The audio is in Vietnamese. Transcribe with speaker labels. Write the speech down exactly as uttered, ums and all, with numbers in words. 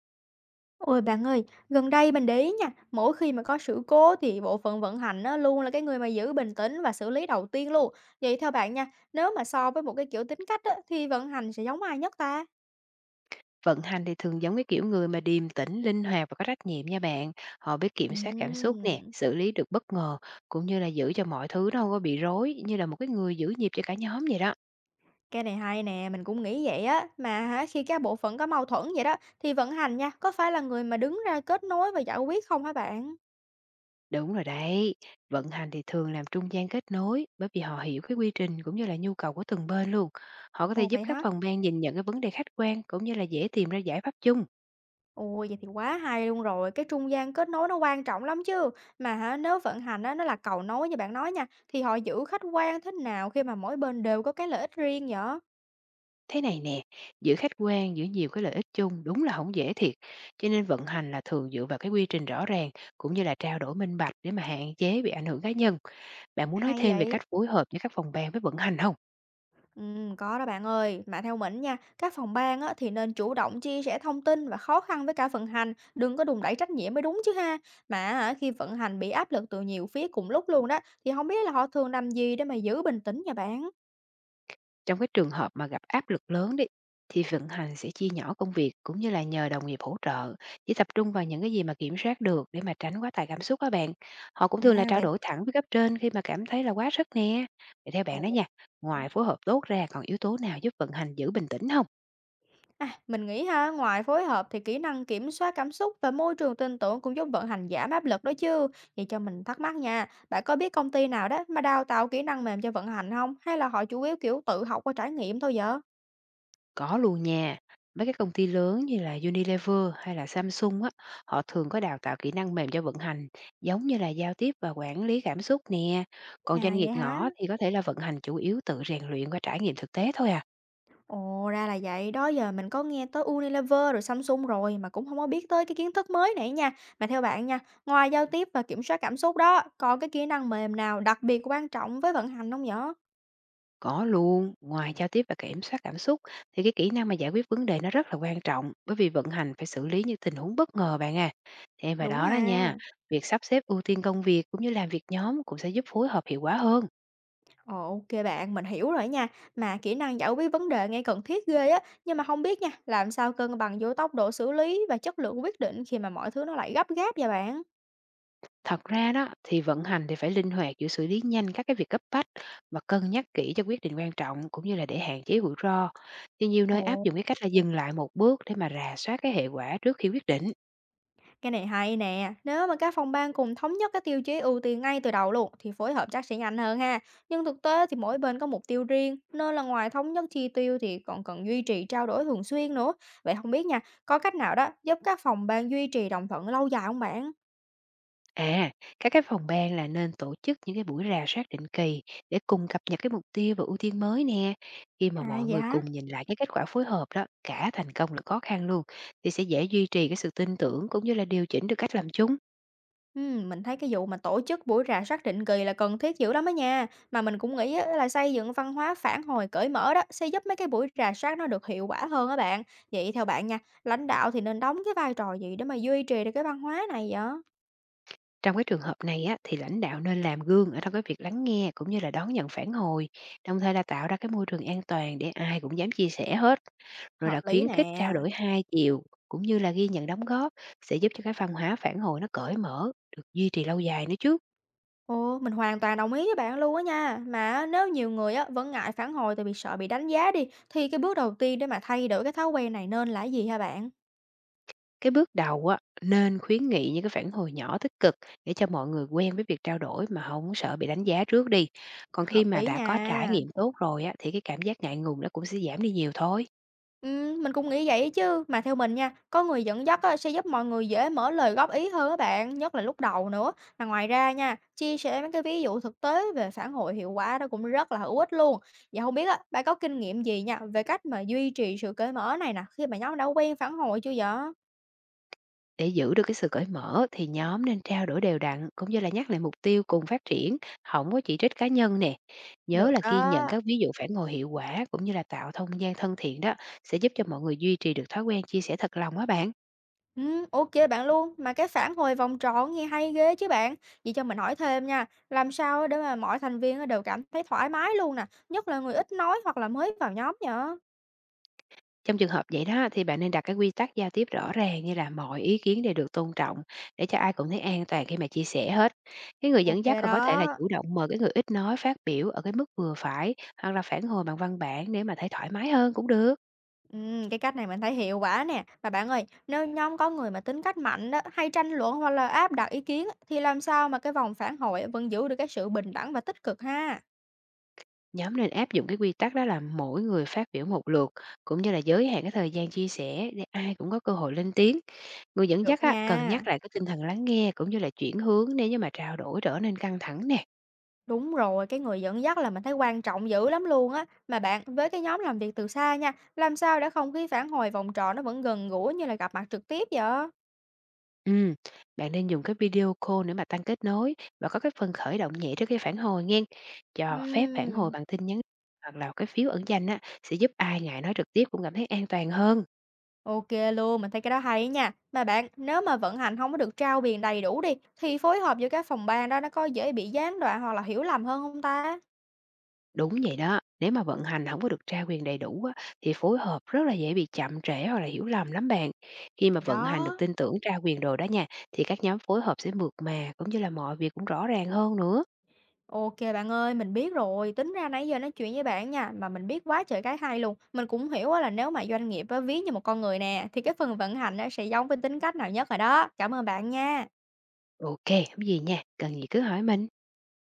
Speaker 1: Ôi, bạn ơi, gần đây mình để ý nha, mỗi khi mà có sự cố thì bộ phận vận hành á, luôn là cái người mà giữ bình tĩnh và xử lý đầu tiên luôn. Vậy theo bạn nha, nếu mà so với một cái kiểu tính cách á, thì vận hành sẽ giống ai nhất ta?
Speaker 2: Vận hành thì thường giống cái kiểu người mà điềm tĩnh, linh hoạt và có trách nhiệm nha bạn. Họ biết kiểm soát cảm xúc nè,
Speaker 1: Ừm,
Speaker 2: xử lý được bất ngờ, cũng như là giữ cho mọi thứ nó không có bị rối, như là một cái người giữ nhịp cho cả nhóm vậy đó.
Speaker 1: cái này hay nè, mình cũng nghĩ vậy á. Mà hả, khi các bộ phận có mâu thuẫn vậy đó, thì vận hành nha, có phải là người mà đứng ra kết nối và giải quyết không hả bạn?
Speaker 2: Đúng rồi đấy, vận hành thì thường làm trung gian kết nối bởi vì họ hiểu cái quy trình cũng như là nhu cầu của từng bên luôn. Họ có thể
Speaker 1: Ồ
Speaker 2: giúp
Speaker 1: vậy
Speaker 2: các
Speaker 1: hả?
Speaker 2: phòng ban nhìn nhận cái vấn đề khách quan cũng như là dễ tìm ra giải pháp chung.
Speaker 1: Ôi, vậy thì quá hay luôn rồi, cái trung gian kết nối nó quan trọng lắm chứ. Mà hả, nếu vận hành á, nó là cầu nối như bạn nói nha, thì họ giữ khách quan thế nào khi mà mỗi bên đều có cái lợi ích riêng vậy?
Speaker 2: Thế này nè, giữa khách quan giữa nhiều cái lợi ích chung đúng là không dễ thiệt, cho nên vận hành là thường dựa vào cái quy trình rõ ràng cũng như là trao đổi minh bạch để mà hạn chế bị ảnh hưởng cá nhân. Bạn muốn nói
Speaker 1: Hay
Speaker 2: thêm về
Speaker 1: vậy?
Speaker 2: cách phối hợp giữa các phòng ban với vận hành không?
Speaker 1: Ừm, có đó bạn ơi, mà theo mình nha, các phòng ban á, thì nên chủ động chia sẻ thông tin và khó khăn với cả vận hành, đừng có đùn đẩy trách nhiệm mới đúng chứ ha. Mà hả, khi vận hành bị áp lực từ nhiều phía cùng lúc luôn đó, thì không biết là họ thường làm gì để mà giữ bình tĩnh nha bạn.
Speaker 2: Trong cái trường hợp mà gặp áp lực lớn đi, thì vận hành sẽ chia nhỏ công việc cũng như là nhờ đồng nghiệp hỗ trợ, chỉ tập trung vào những cái gì mà kiểm soát được để mà tránh quá tải cảm xúc các bạn. Họ cũng thường là
Speaker 1: À
Speaker 2: trao
Speaker 1: vậy.
Speaker 2: đổi thẳng với cấp trên khi mà cảm thấy là quá sức nè. Vậy theo
Speaker 1: Ồ.
Speaker 2: bạn đó nha, ngoài phối hợp tốt ra còn yếu tố nào giúp vận hành giữ bình tĩnh không?
Speaker 1: À, mình nghĩ ha, ngoài phối hợp thì kỹ năng kiểm soát cảm xúc và môi trường tin tưởng cũng giúp vận hành giảm áp lực đó chứ. Vậy cho mình thắc mắc nha, bạn có biết công ty nào đó mà đào tạo kỹ năng mềm cho vận hành không? Hay là họ chủ yếu kiểu tự học qua trải nghiệm thôi vậy?
Speaker 2: Có luôn nha. Mấy cái công ty lớn như là Unilever hay là Samsung á, họ thường có đào tạo kỹ năng mềm cho vận hành, giống như là giao tiếp và quản lý cảm xúc nè. Còn doanh
Speaker 1: À
Speaker 2: nghiệp
Speaker 1: vậy hả?
Speaker 2: nhỏ thì có thể là vận hành chủ yếu tự rèn luyện qua trải nghiệm thực tế thôi à.
Speaker 1: Ồ ra là vậy, đó giờ mình có nghe tới Unilever rồi Samsung rồi mà cũng không có biết tới cái kiến thức mới này nha. Mà theo bạn nha, ngoài giao tiếp và kiểm soát cảm xúc đó, còn cái kỹ năng mềm nào đặc biệt quan trọng với vận hành không vậy?
Speaker 2: Có luôn, ngoài giao tiếp và kiểm soát cảm xúc thì cái kỹ năng mà giải quyết vấn đề nó rất là quan trọng bởi vì vận hành phải xử lý những tình huống bất ngờ bạn à. Thêm vào
Speaker 1: Đúng
Speaker 2: đó đó nha,
Speaker 1: ha.
Speaker 2: việc sắp xếp ưu tiên công việc cũng như làm việc nhóm cũng sẽ giúp phối hợp hiệu quả hơn.
Speaker 1: Ồ, ô kê bạn, mình hiểu rồi nha. Mà kỹ năng giải quyết vấn đề nghe cần thiết ghê á, nhưng mà không biết nha, làm sao cân bằng giữa tốc độ xử lý và chất lượng quyết định khi mà mọi thứ nó lại gấp gáp vậy bạn?
Speaker 2: Thật ra đó thì vận hành thì phải linh hoạt giữa xử lý nhanh các cái việc cấp bách và cân nhắc kỹ cho quyết định quan trọng cũng như là để hạn chế rủi ro. Thì nhiều nơi áp
Speaker 1: Ồ,
Speaker 2: dụng cái cách là dừng lại một bước để mà rà soát cái hệ quả trước khi quyết định.
Speaker 1: cái này hay nè, nếu mà các phòng ban cùng thống nhất cái tiêu chí ưu tiên ngay từ đầu luôn thì phối hợp chắc sẽ nhanh hơn ha. Nhưng thực tế thì mỗi bên có mục tiêu riêng, nên là ngoài thống nhất chi tiêu thì còn cần duy trì trao đổi thường xuyên nữa. Vậy không biết nha, có cách nào đó giúp các phòng ban duy trì đồng thuận lâu dài không bạn?
Speaker 2: À, các cái phòng ban là nên tổ chức những cái buổi rà soát định kỳ để cùng cập nhật cái mục tiêu và ưu tiên mới nè. Khi mà
Speaker 1: À,
Speaker 2: mọi
Speaker 1: vậy
Speaker 2: người
Speaker 1: hả?
Speaker 2: cùng nhìn lại cái kết quả phối hợp đó, cả thành công lẫn khó khăn luôn, thì sẽ dễ duy trì cái sự tin tưởng cũng như là điều chỉnh được cách làm chung.
Speaker 1: Ừm, mình thấy cái vụ mà tổ chức buổi rà soát định kỳ là cần thiết dữ lắm á nha. Mà mình cũng nghĩ á, là xây dựng văn hóa phản hồi cởi mở đó sẽ giúp mấy cái buổi rà soát nó được hiệu quả hơn á bạn. Vậy theo bạn nha, lãnh đạo thì nên đóng cái vai trò gì để mà duy trì được cái văn hóa này vậy?
Speaker 2: Trong cái trường hợp này á, thì lãnh đạo nên làm gương ở trong cái việc lắng nghe cũng như là đón nhận phản hồi, đồng thời là tạo ra cái môi trường an toàn để ai cũng dám chia sẻ hết, rồi
Speaker 1: Hợp
Speaker 2: là
Speaker 1: lý
Speaker 2: khuyến khích trao
Speaker 1: nè.
Speaker 2: đổi hai chiều cũng như là ghi nhận đóng góp sẽ giúp cho cái văn hóa phản hồi nó cởi mở, được duy trì lâu dài nữa chứ.
Speaker 1: Ồ, mình hoàn toàn đồng ý với bạn luôn á nha. Mà á, nếu nhiều người á vẫn ngại phản hồi tại vì sợ bị đánh giá đi, thì cái bước đầu tiên để mà thay đổi cái thói quen này nên là cái gì hả bạn?
Speaker 2: Cái bước đầu á, nên khuyến nghị những cái phản hồi nhỏ tích cực để cho mọi người quen với việc trao đổi mà không sợ bị đánh giá trước đi. Còn khi
Speaker 1: Hợp
Speaker 2: mà
Speaker 1: lý
Speaker 2: đã có trải
Speaker 1: nha.
Speaker 2: nghiệm tốt rồi á, thì cái cảm giác ngại ngùng nó cũng sẽ giảm đi nhiều thôi.
Speaker 1: Ừm, mình cũng nghĩ vậy chứ, mà theo mình nha, có người dẫn dắt á sẽ giúp mọi người dễ mở lời góp ý hơn các bạn, nhất là lúc đầu nữa. Mà ngoài ra nha, chia sẻ mấy cái ví dụ thực tế về phản hồi hiệu quả đó cũng rất là hữu ích luôn. Vậy không biết á, bạn có kinh nghiệm gì nha về cách mà duy trì sự cởi mở này nè, khi mà nhóm đã quen phản hồi chưa vậy?
Speaker 2: Để giữ được cái sự cởi mở thì nhóm nên trao đổi đều đặn cũng như là nhắc lại mục tiêu cùng phát triển, không có chỉ trích cá nhân nè. Nhớ
Speaker 1: Được
Speaker 2: là ghi nhận
Speaker 1: đó.
Speaker 2: các ví dụ phản hồi hiệu quả cũng như là tạo không gian thân thiện đó sẽ giúp cho mọi người duy trì được thói quen chia sẻ thật lòng á bạn.
Speaker 1: Ừm, ô kê bạn luôn, mà cái phản hồi vòng tròn nghe hay ghê chứ bạn. Vậy cho mình hỏi thêm nha, làm sao để mà mọi thành viên đều cảm thấy thoải mái luôn nè, nhất là người ít nói hoặc là mới vào nhóm nhở?
Speaker 2: Trong trường hợp vậy đó thì bạn nên đặt cái quy tắc giao tiếp rõ ràng như là mọi ý kiến đều được tôn trọng để cho ai cũng thấy an toàn khi mà chia sẻ hết. Cái người dẫn
Speaker 1: ô kê
Speaker 2: dắt còn
Speaker 1: đó.
Speaker 2: có thể là chủ động mời cái người ít nói phát biểu ở cái mức vừa phải hoặc là phản hồi bằng văn bản để mà thấy thoải mái hơn cũng được.
Speaker 1: Ừm, cái cách này mình thấy hiệu quả nè. Mà bạn ơi, nếu nhóm có người mà tính cách mạnh đó, hay tranh luận hoặc là áp đặt ý kiến á, thì làm sao mà cái vòng phản hồi á vẫn giữ được cái sự bình đẳng và tích cực ha?
Speaker 2: Nhóm nên áp dụng cái quy tắc đó là mỗi người phát biểu một lượt, cũng như là giới hạn cái thời gian chia sẻ để ai cũng có cơ hội lên tiếng. Người dẫn
Speaker 1: Được
Speaker 2: dắt
Speaker 1: đó
Speaker 2: á, cần
Speaker 1: nha.
Speaker 2: nhắc lại cái tinh thần lắng nghe cũng như là chuyển hướng nếu như mà trao đổi trở nên căng thẳng nè.
Speaker 1: Đúng rồi, cái người dẫn dắt là mình thấy quan trọng dữ lắm luôn á. Mà bạn, với cái nhóm làm việc từ xa nha, làm sao để không khí phản hồi vòng tròn nó vẫn gần gũi như là gặp mặt trực tiếp vậy?
Speaker 2: Ừ, bạn nên dùng cái video call để mà tăng kết nối và có cái phần khởi động nhẹ trước khi phản hồi nghe. Cho phép phản hồi
Speaker 1: Ừm.
Speaker 2: bằng tin nhắn hoặc là cái phiếu ẩn danh á, sẽ giúp ai ngại nói trực tiếp cũng cảm thấy an toàn hơn.
Speaker 1: OK luôn, mình thấy cái đó hay á nha. Mà bạn, nếu mà vận hành không có được trao quyền đầy đủ đi, thì phối hợp giữa các phòng ban đó nó có dễ bị gián đoạn hoặc là hiểu lầm hơn không ta?
Speaker 2: Đúng vậy đó, nếu mà vận hành không có được trao quyền đầy đủ á, thì phối hợp rất là dễ bị chậm trễ hoặc là hiểu lầm lắm bạn. Khi mà
Speaker 1: Thì
Speaker 2: vận hành được
Speaker 1: đó,
Speaker 2: tin tưởng trao quyền rồi đó nha, thì các nhóm phối hợp sẽ mượt mà cũng như là mọi việc cũng rõ ràng hơn nữa.
Speaker 1: ô kê bạn ơi, mình biết rồi, tính ra nãy giờ nói chuyện với bạn nha, mà mình biết quá trời cái hay luôn. Mình cũng hiểu á là nếu mà doanh nghiệp á ví như một con người nè, thì cái phần vận hành á sẽ giống với tính cách nào nhất rồi đó. Cảm ơn bạn nha.
Speaker 2: ô kê, hông gì nha, cần gì cứ hỏi mình.